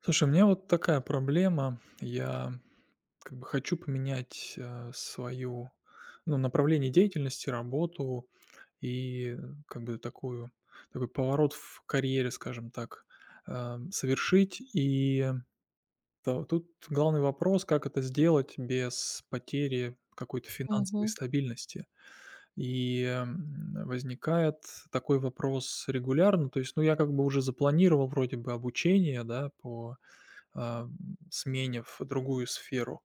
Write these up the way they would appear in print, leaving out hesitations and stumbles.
Слушай, у меня вот такая проблема. Я как бы хочу поменять, свою, ну, направление деятельности, работу и как бы такую такой поворот в карьере, скажем так, совершить. И то тут главный вопрос, как это сделать без потери какой-то финансовой Мгм, стабильности. И, возникает такой вопрос регулярно. То есть, ну, я как бы уже запланировал вроде бы обучение, да, по а, сменив другую сферу.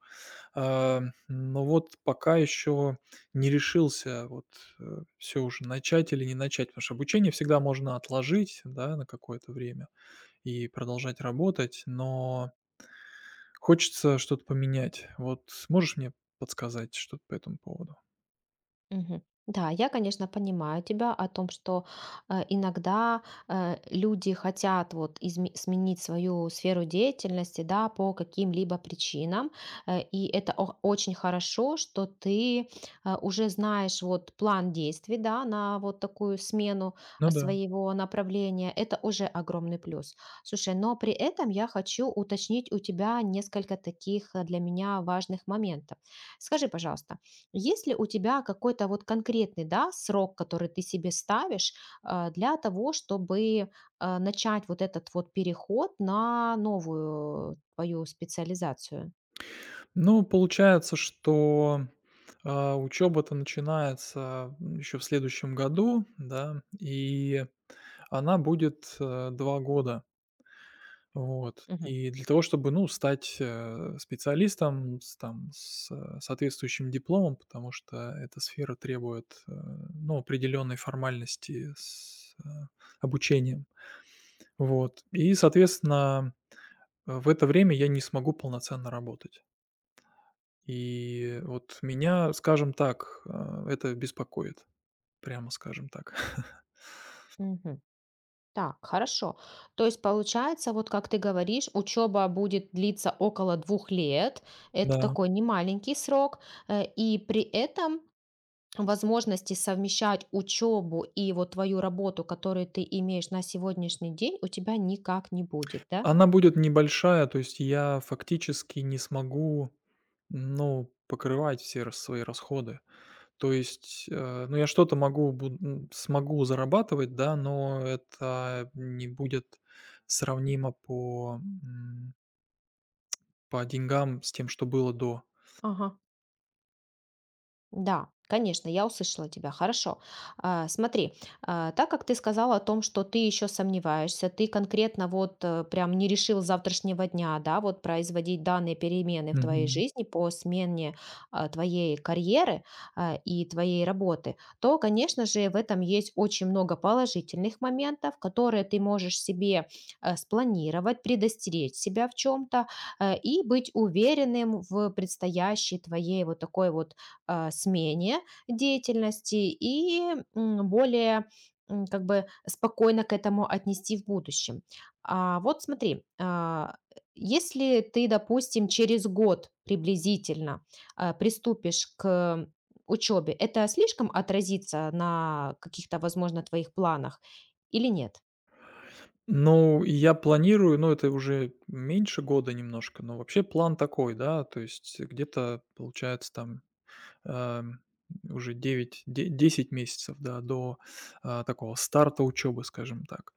А, но вот пока еще не решился вот, все уже начать или не начать, потому что обучение всегда можно отложить, да, на какое-то время и продолжать работать, но хочется что-то поменять. Вот можешь мне подсказать что-то по этому поводу? мгм. Да, я, конечно, понимаю тебя о том, что иногда люди хотят вот сменить свою сферу деятельности, да, по каким-либо причинам, и это очень хорошо, что ты уже знаешь вот план действий, да, на вот такую смену Ну да. своего направления. Это уже огромный плюс. Слушай, но при этом я хочу уточнить у тебя несколько таких для меня важных моментов. Скажи, пожалуйста. Есть ли у тебя какой-то вот конкретный, да, срок, который ты себе ставишь для того, чтобы начать вот этот вот переход на новую твою специализацию? Ну, получается, что, учеба-то начинается еще в следующем году, да, и она будет, 2 года. Вот. Мгм. И для того, чтобы, ну, стать, специалистом с, соответствующим дипломом, потому что эта сфера требует, ну, определенной формальности с, обучением. Вот. И, соответственно, в это время я не смогу полноценно работать. И вот меня, скажем так, это беспокоит, прямо скажем так. Мгм. Так, хорошо. То есть получается, вот как ты говоришь, учеба будет длиться около 2 лет. Это Да. такой немаленький срок, и при этом возможности совмещать учебу и вот твою работу, которую ты имеешь на сегодняшний день, у тебя никак не будет, да? Она будет небольшая, то есть я фактически не смогу, ну, покрывать все рас свои расходы. То есть, ну, я что-то смогу зарабатывать, да, но это не будет сравнимо по деньгам с тем, что было до. Ага. Да, конечно, я услышала тебя. Хорошо. Смотри, так как ты сказала о том, что ты еще сомневаешься, ты конкретно вот прям не решил с завтрашнего дня, да, вот производить данные перемены в твоей Мгм. жизни по смене твоей карьеры и твоей работы, то, конечно же, в этом есть очень много положительных моментов, которые ты можешь себе спланировать, предостеречь себя в чем-то и быть уверенным в предстоящей твоей вот такой вот смене деятельности и более как бы спокойно к этому отнести в будущем. Вот смотри, если ты, допустим, через год приблизительно приступишь к учебе, это слишком отразится на каких-то, возможно, твоих планах или нет? Ну, и я планирую, ну, это уже меньше года немножко, но вообще план такой, да, то есть где-то получается там Эм, уже 9 де 10 месяцев, да, до, такого старта учебы, скажем так.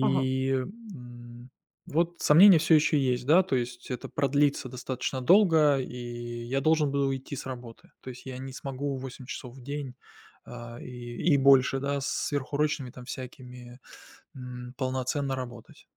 Ага. Вот сомнения все еще есть, да, то есть это продлится достаточно долго, и я должен буду уйти с работы. То есть я не смогу 8 часов в день, и больше, да, с сверхурочными там всякими, полноценно работать.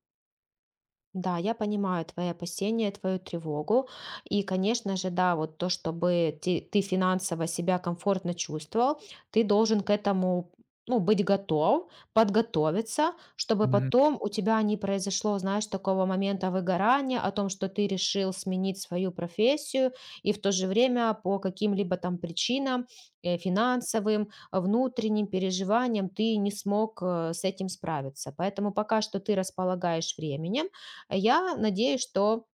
Да, я понимаю твои опасения, твою тревогу. И, конечно же, да, вот то, чтобы ты финансово себя комфортно чувствовал, ты должен к этому, ну, быть готов, подготовиться, чтобы Мгм. потом у тебя не произошло, знаешь, такого момента выгорания о том, что ты решил сменить свою профессию, и в то же время по каким-либо там причинам, финансовым, внутренним переживаниям ты не смог с этим справиться. Поэтому пока что ты располагаешь временем, я надеюсь, что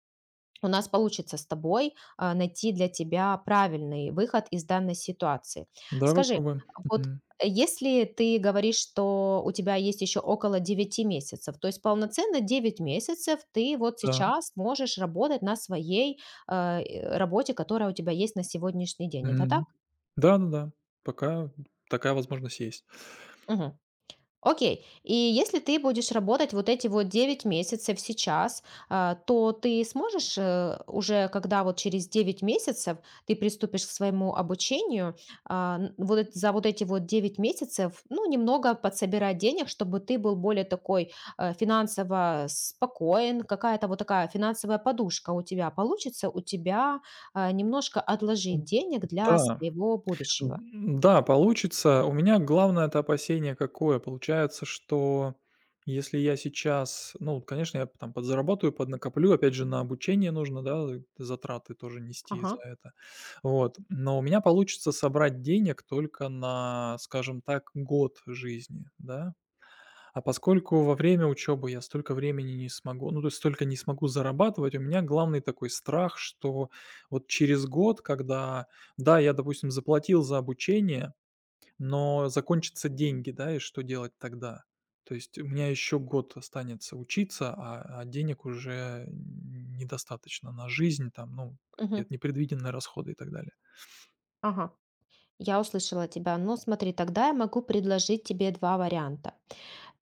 у нас получится с тобой найти для тебя правильный выход из данной ситуации. Давай Скажи, попробуем. вот Мгм. если ты говоришь, что у тебя есть еще около 9 месяцев, то есть полноценно 9 месяцев ты вот Да. сейчас можешь работать на своей работе, которая у тебя есть на сегодняшний день. Это так? Мгм. Да-да-да. Пока такая возможность есть. Мгм. Окей. И если ты будешь работать вот эти вот 9 месяцев сейчас, то ты сможешь, уже, когда вот через 9 месяцев ты приступишь к своему обучению, за вот эти вот 9 месяцев, ну, немного подсобирать денег, чтобы ты был более такой финансово спокоен, какая-то вот такая финансовая подушка у тебя получится, у тебя немножко отложить денег для Да, своего будущего. да, получится. У меня главное это опасение какое? Получается, что если я сейчас, ну, конечно, я там подзаработаю, поднакоплю, опять же, на обучение нужно, да, затраты тоже нести за Ага. это. Вот. Но у меня получится собрать денег только на, скажем так, год жизни, да. А поскольку во время учебы я столько времени не смогу, ну, то есть столько не смогу зарабатывать, у меня главный такой страх, что вот через год, когда, да, я, допустим, заплатил за обучение, но закончатся деньги, да, и что делать тогда? То есть у меня еще год останется учиться, а денег уже недостаточно на жизнь, там, ну, Мгм. какие-то непредвиденные расходы и так далее. Ага. Я услышала тебя. Но смотри, тогда я могу предложить тебе два варианта.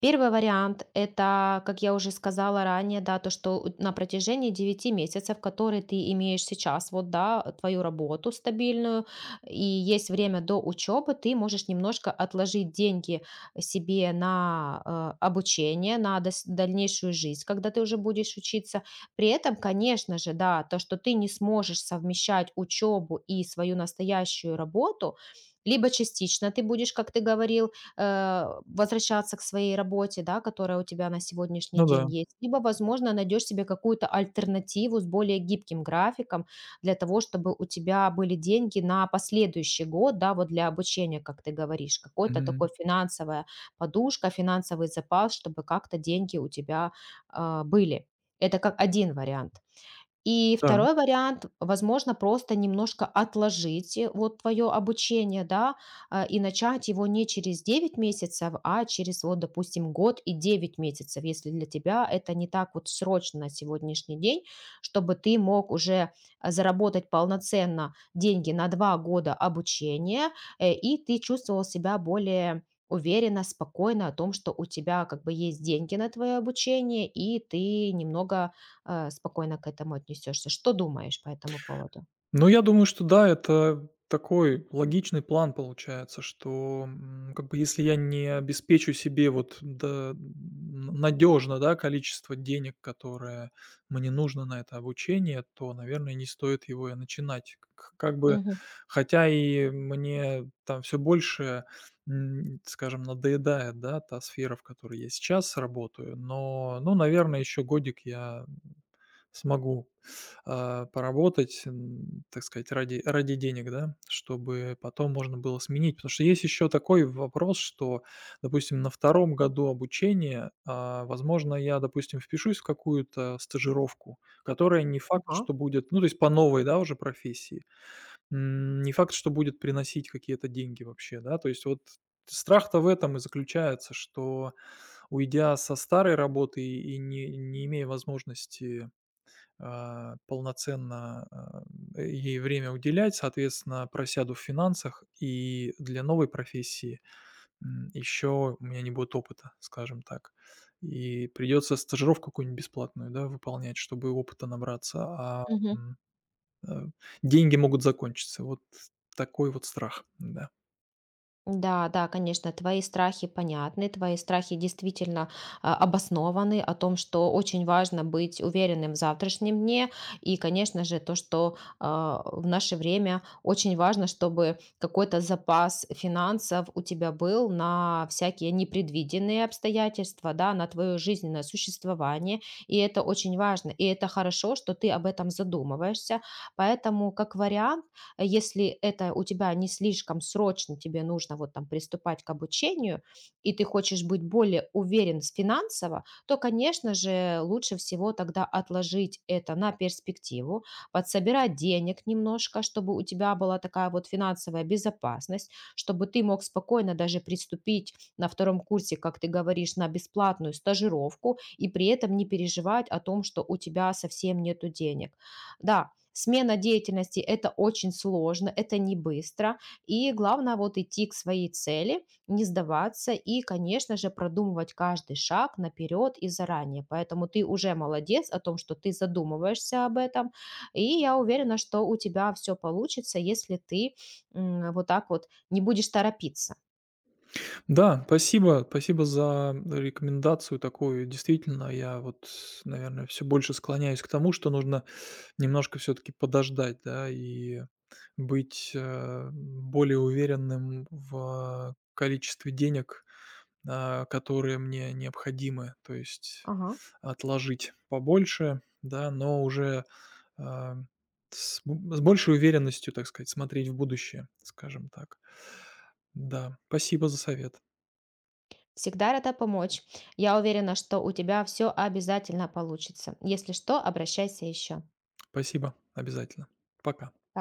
Первый вариант — это, как я уже сказала ранее, да, то, что на протяжении 9 месяцев, которые ты имеешь сейчас, вот, да, твою работу стабильную, и есть время до учебы, ты можешь немножко отложить деньги себе на обучение, на дальнейшую жизнь, когда ты уже будешь учиться. При этом, конечно же, да, то, что ты не сможешь совмещать учебу и свою настоящую работу, либо частично ты будешь, как ты говорил, возвращаться к своей работе, да, которая у тебя на сегодняшний Ну да. день есть, либо, возможно, найдешь себе какую-то альтернативу с более гибким графиком для того, чтобы у тебя были деньги на последующий год, да, вот для обучения, как ты говоришь, какой-то Мгм. такой финансовая подушка, финансовый запас, чтобы как-то деньги у тебя были. Это как один вариант. И Да. второй вариант, возможно, просто немножко отложить, вот твое обучение, да, и начать его не через 9 месяцев, а через, вот, допустим, год и 9 месяцев, если для тебя это не так вот срочно на сегодняшний день, чтобы ты мог уже заработать полноценно деньги на 2 года обучения, и ты чувствовал себя более уверенно, спокойно о том, что у тебя как бы есть деньги на твое обучение, и ты немного спокойно к этому отнесешься. Что думаешь по этому поводу? Ну, я думаю, что да, это такой логичный план получается, что, как бы, если я не обеспечу себе, вот, да, надежно, да, количество денег, которое мне нужно на это обучение, то, наверное, не стоит его и начинать. Как бы, Мгм. хотя и мне там все больше, скажем, надоедает, да, та сфера, в которой я сейчас работаю, но, ну, наверное, еще годик я смогу, поработать, так сказать, ради денег, да, чтобы потом можно было сменить. Потому что есть еще такой вопрос, что, допустим, на втором году обучения, возможно, я, допустим, впишусь в какую-то стажировку, которая не факт, Ага. что будет, ну, то есть по новой, да, уже профессии, не факт, что будет приносить какие-то деньги вообще, да. То есть вот страх-то в этом и заключается, что, уйдя со старой работы и не имея возможности полноценно, ей время уделять, соответственно, просяду в финансах, и для новой профессии еще у меня не будет опыта, скажем так. И придется стажировку какую-нибудь бесплатную, да, выполнять, чтобы опыта набраться, Мгм. м, э, деньги могут закончиться. Вот такой вот страх, да. Да, да, конечно, твои страхи понятны, твои страхи действительно обоснованы о том, что очень важно быть уверенным в завтрашнем дне, и, конечно же, то, что в наше время очень важно, чтобы какой-то запас финансов у тебя был на всякие непредвиденные обстоятельства, да, на твое жизненное существование, и это очень важно, и это хорошо, что ты об этом задумываешься, поэтому как вариант, если это у тебя не слишком срочно, тебе нужно вот там приступать к обучению, и ты хочешь быть более уверен с финансово, то, конечно же, лучше всего тогда отложить это на перспективу, подсобирать денег немножко, чтобы у тебя была такая вот финансовая безопасность, чтобы ты мог спокойно даже приступить на втором курсе, как ты говоришь, на бесплатную стажировку и при этом не переживать о том, что у тебя совсем нету денег. Да, смена деятельности — это очень сложно, это не быстро. И главное вот идти к своей цели, не сдаваться и, конечно же, продумывать каждый шаг наперед и заранее. Поэтому ты уже молодец о том, что ты задумываешься об этом. И я уверена, что у тебя все получится, если ты вот так вот не будешь торопиться. Да, спасибо, спасибо за рекомендацию такую. Действительно, я, вот, наверное, все больше склоняюсь к тому, что нужно немножко все-таки подождать, да, и быть более уверенным в количестве денег, которые мне необходимы, то есть Ага. отложить побольше, да, но уже а, с большей уверенностью, так сказать, смотреть в будущее, скажем так. Да, спасибо за совет. Всегда рада помочь. Я уверена, что у тебя все обязательно получится. Если что, обращайся еще. Спасибо, обязательно. Пока. Пока.